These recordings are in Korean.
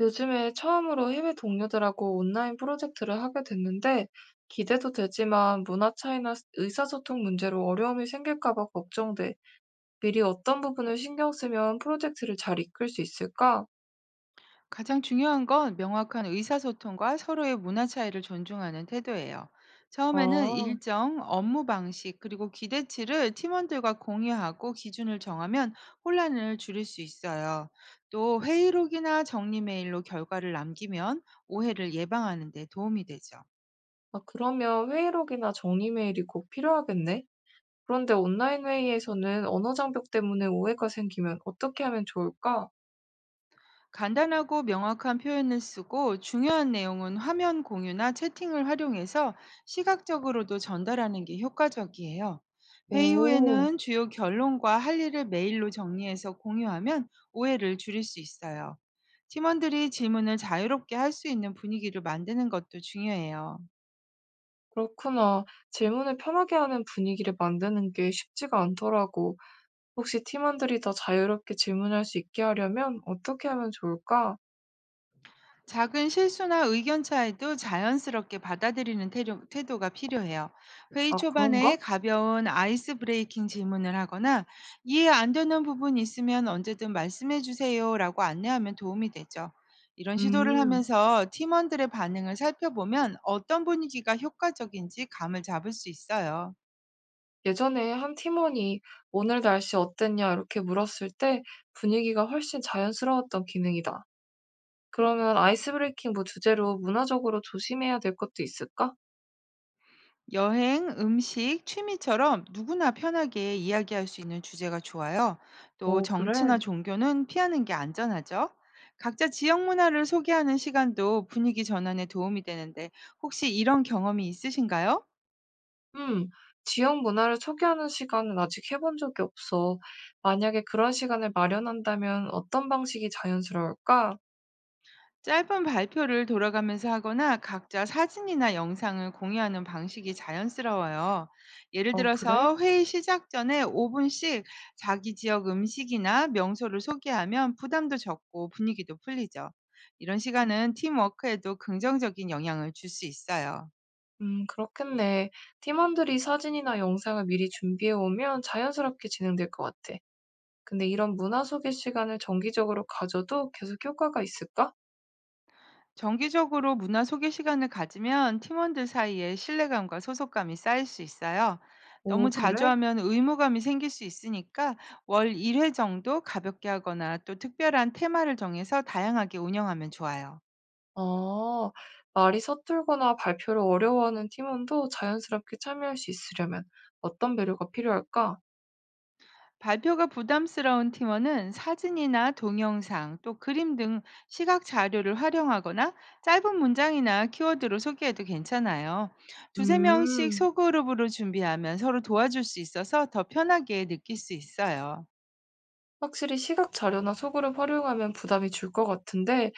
요즘에 처음으로 해외 동료들하고 온라인 프로젝트를 하게 됐는데 기대도 되지만 문화 차이나 의사소통 문제로 어려움이 생길까 봐 걱정돼. 미리 어떤 부분을 신경 쓰면 프로젝트를 잘 이끌 수 있을까? 가장 중요한 건 명확한 의사소통과 서로의 문화 차이를 존중하는 태도예요. 처음에는 아, 일정, 업무 방식, 그리고 기대치를 팀원들과 공유하고 기준을 정하면 혼란을 줄일 수 있어요. 또 회의록이나 정리 메일로 결과를 남기면 오해를 예방하는 데 도움이 되죠. 그러면 회의록이나 정리 메일이 꼭 필요하겠네. 그런데 온라인 회의에서는 언어 장벽 때문에 오해가 생기면 어떻게 하면 좋을까? 간단하고 명확한 표현을 쓰고 중요한 내용은 화면 공유나 채팅을 활용해서 시각적으로도 전달하는 게 효과적이에요. 회의 오, 후에는 주요 결론과 할 일을 메일로 정리해서 공유하면 오해를 줄일 수 있어요. 팀원들이 질문을 자유롭게 할 수 있는 분위기를 만드는 것도 중요해요. 그렇구나. 질문을 편하게 하는 분위기를 만드는 게 쉽지가 않더라고. 혹시 팀원들이 더 자유롭게 질문할 수 있게 하려면 어떻게 하면 좋을까? 작은 실수나 의견 차이도 자연스럽게 받아들이는 태도가 필요해요. 회의 아, 그런가? 초반에 가벼운 아이스 브레이킹 질문을 하거나, 이해 안 되는 부분 있으면 언제든 말씀해 주세요라고 안내하면 도움이 되죠. 이런 시도를 음. 하면서 팀원들의 반응을 살펴보면 어떤 분위기가 효과적인지 감을 잡을 수 있어요. 예전에 한 팀원이 오늘 날씨 어땠냐 이렇게 물었을 때 분위기가 훨씬 자연스러웠던 기능이다. 그러면 아이스 브레이킹 뭐 주제로 문화적으로 조심해야 될 것도 있을까? 여행, 음식, 취미처럼 누구나 편하게 이야기할 수 있는 주제가 좋아요. 또 오, 정치나 그래. 종교는 피하는 게 안전하죠. 각자 지역 문화를 소개하는 시간도 분위기 전환에 도움이 되는데, 혹시 이런 경험이 있으신가요? 음. 지역 문화를 소개하는 시간은 아직 해본 적이 없어. 만약에 그런 시간을 마련한다면 어떤 방식이 자연스러울까? 짧은 발표를 돌아가면서 하거나 각자 사진이나 영상을 공유하는 방식이 자연스러워요. 예를 어, 그래? 들어서 회의 시작 전에 5분씩 자기 지역 음식이나 명소를 소개하면 부담도 적고 분위기도 풀리죠. 이런 시간은 팀워크에도 긍정적인 영향을 줄 수 있어요. 그렇겠네. 팀원들이 사진이나 영상을 미리 준비해 오면 자연스럽게 진행될 것 같아. 근데 이런 문화 소개 시간을 정기적으로 가져도 계속 효과가 있을까? 정기적으로 문화 소개 시간을 가지면 팀원들 사이에 신뢰감과 소속감이 쌓일 수 있어요. 너무 오, 자주 그래? 하면 의무감이 생길 수 있으니까 월 1회 정도 가볍게 하거나, 또 특별한 테마를 정해서 다양하게 운영하면 좋아요. 아, 말이 서툴거나 발표를 어려워하는 팀원도 자연스럽게 참여할 수 있으려면 어떤 배려가 필요할까? 발표가 부담스러운 팀원은 사진이나 동영상, 또 그림 등 시각 자료를 활용하거나 짧은 문장이나 키워드로 소개해도 괜찮아요. 두세 명씩 음, 소그룹으로 준비하면 서로 도와줄 수 있어서 더 편하게 느낄 수 있어요. 확실히 시각 자료나 소그룹 활용하면 부담이 줄 것 같은데,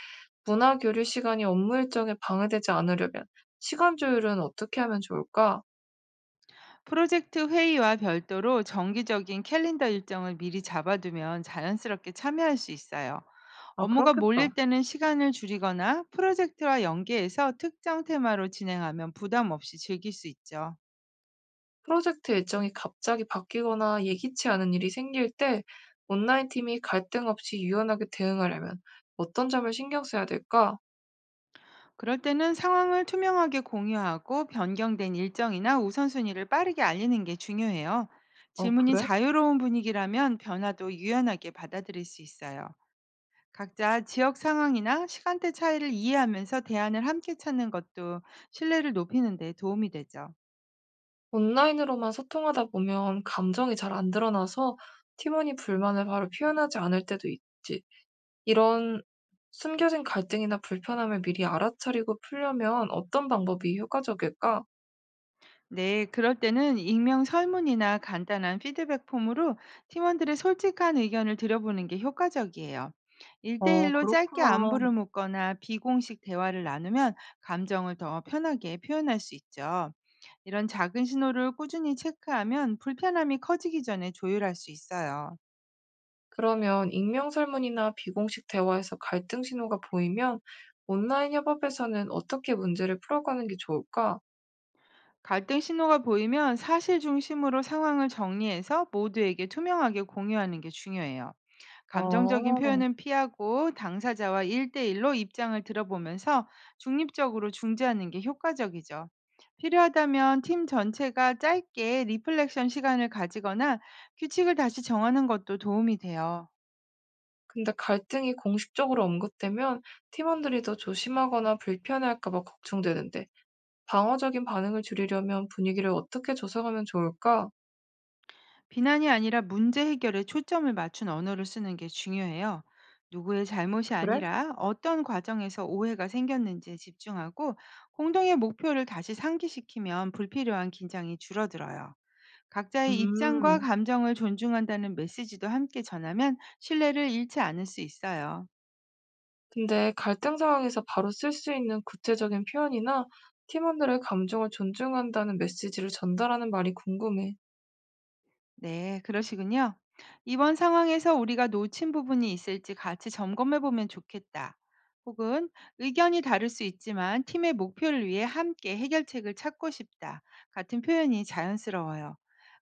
문화 교류 시간이 업무 일정에 방해되지 않으려면 시간 조율은 어떻게 하면 좋을까? 프로젝트 회의와 별도로 정기적인 캘린더 일정을 미리 잡아두면 자연스럽게 참여할 수 있어요. 아 업무가 그렇겠다. 몰릴 때는 시간을 줄이거나 프로젝트와 연계해서 특정 테마로 진행하면 부담 없이 즐길 수 있죠. 프로젝트 일정이 갑자기 바뀌거나 예기치 않은 일이 생길 때 온라인 팀이 갈등 없이 유연하게 대응하려면 어떤 점을 신경 써야 될까? 그럴 때는 상황을 투명하게 공유하고 변경된 일정이나 우선순위를 빠르게 알리는 게 중요해요. 어, 질문이 그래? 자유로운 분위기라면 변화도 유연하게 받아들일 수 있어요. 각자 지역 상황이나 시간대 차이를 이해하면서 대안을 함께 찾는 것도 신뢰를 높이는 데 도움이 되죠. 온라인으로만 소통하다 보면 감정이 잘 안 드러나서 팀원이 불만을 바로 표현하지 않을 때도 있지. 이런 숨겨진 갈등이나 불편함을 미리 알아차리고 풀려면 어떤 방법이 효과적일까? 네, 그럴 때는 익명 설문이나 간단한 피드백 폼으로 팀원들의 솔직한 의견을 들여보는 게 효과적이에요. 어, 1대1로 짧게 그렇구나. 안부를 묻거나 비공식 대화를 나누면 감정을 더 편하게 표현할 수 있죠. 이런 작은 신호를 꾸준히 체크하면 불편함이 커지기 전에 조율할 수 있어요. 그러면 익명 설문이나 비공식 대화에서 갈등 신호가 보이면 온라인 협업에서는 어떻게 문제를 풀어가는 게 좋을까? 갈등 신호가 보이면 사실 중심으로 상황을 정리해서 모두에게 투명하게 공유하는 게 중요해요. 감정적인 어, 표현은 피하고 당사자와 일대일로 입장을 들어보면서 중립적으로 중재하는 게 효과적이죠. 필요하다면 팀 전체가 짧게 리플렉션 시간을 가지거나 규칙을 다시 정하는 것도 도움이 돼요. 근데 갈등이 공식적으로 언급되면 팀원들이 더 조심하거나 불편해할까 봐 걱정되는데 방어적인 반응을 줄이려면 분위기를 어떻게 조성하면 좋을까? 비난이 아니라 문제 해결에 초점을 맞춘 언어를 쓰는 게 중요해요. 누구의 잘못이 그래? 아니라 어떤 과정에서 오해가 생겼는지에 집중하고 공동의 목표를 다시 상기시키면 불필요한 긴장이 줄어들어요. 각자의 입장과 음, 감정을 존중한다는 메시지도 함께 전하면 신뢰를 잃지 않을 수 있어요. 근데 갈등 상황에서 바로 쓸 수 있는 구체적인 표현이나 팀원들의 감정을 존중한다는 메시지를 전달하는 말이 궁금해. 네, 그러시군요. 이번 상황에서 우리가 놓친 부분이 있을지 같이 점검해 보면 좋겠다. 혹은 의견이 다를 수 있지만 팀의 목표를 위해 함께 해결책을 찾고 싶다. 같은 표현이 자연스러워요.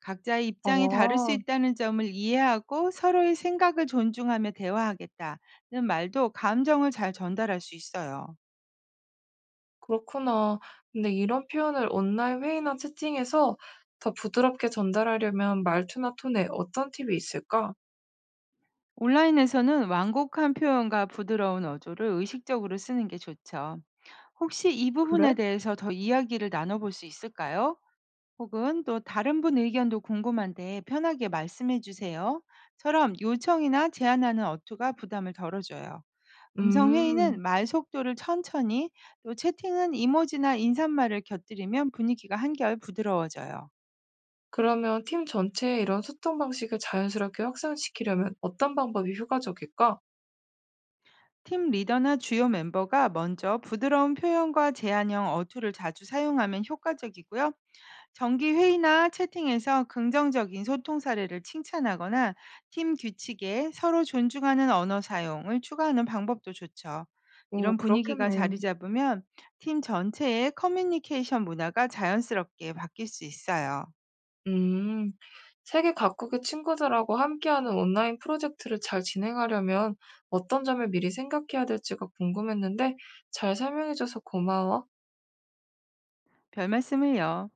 각자의 입장이 다를 수 아. 있다는 점을 이해하고 서로의 생각을 존중하며 대화하겠다는 말도 감정을 잘 전달할 수 있어요. 그렇구나. 근데 이런 표현을 온라인 회의나 채팅에서 더 부드럽게 전달하려면 말투나 톤에 어떤 팁이 있을까? 온라인에서는 완곡한 표현과 부드러운 어조를 의식적으로 쓰는 게 좋죠. 혹시 이 그래? 부분에 대해서 더 이야기를 나눠볼 수 있을까요? 혹은 또 "다른 분 의견도 궁금한데 편하게 말씀해 주세요." 처럼 요청이나 제안하는 어투가 부담을 덜어줘요. 음성 음, 회의는 말 속도를 천천히, 또 채팅은 이모지나 인사말을 곁들이면 분위기가 한결 부드러워져요. 그러면 팀 전체에 이런 소통 방식을 자연스럽게 확산시키려면 어떤 방법이 효과적일까? 팀 리더나 주요 멤버가 먼저 부드러운 표현과 제안형 어투를 자주 사용하면 효과적이고요. 정기 회의나 채팅에서 긍정적인 소통 사례를 칭찬하거나 팀 규칙에 서로 존중하는 언어 사용을 추가하는 방법도 좋죠. 오, 이런 분위기가 자리 그렇겠네. 잡으면 팀 전체의 커뮤니케이션 문화가 자연스럽게 바뀔 수 있어요. 음, 세계 각국의 친구들하고 함께하는 온라인 프로젝트를 잘 진행하려면 어떤 점을 미리 생각해야 될지가 궁금했는데 잘 설명해줘서 고마워. 별 말씀을요.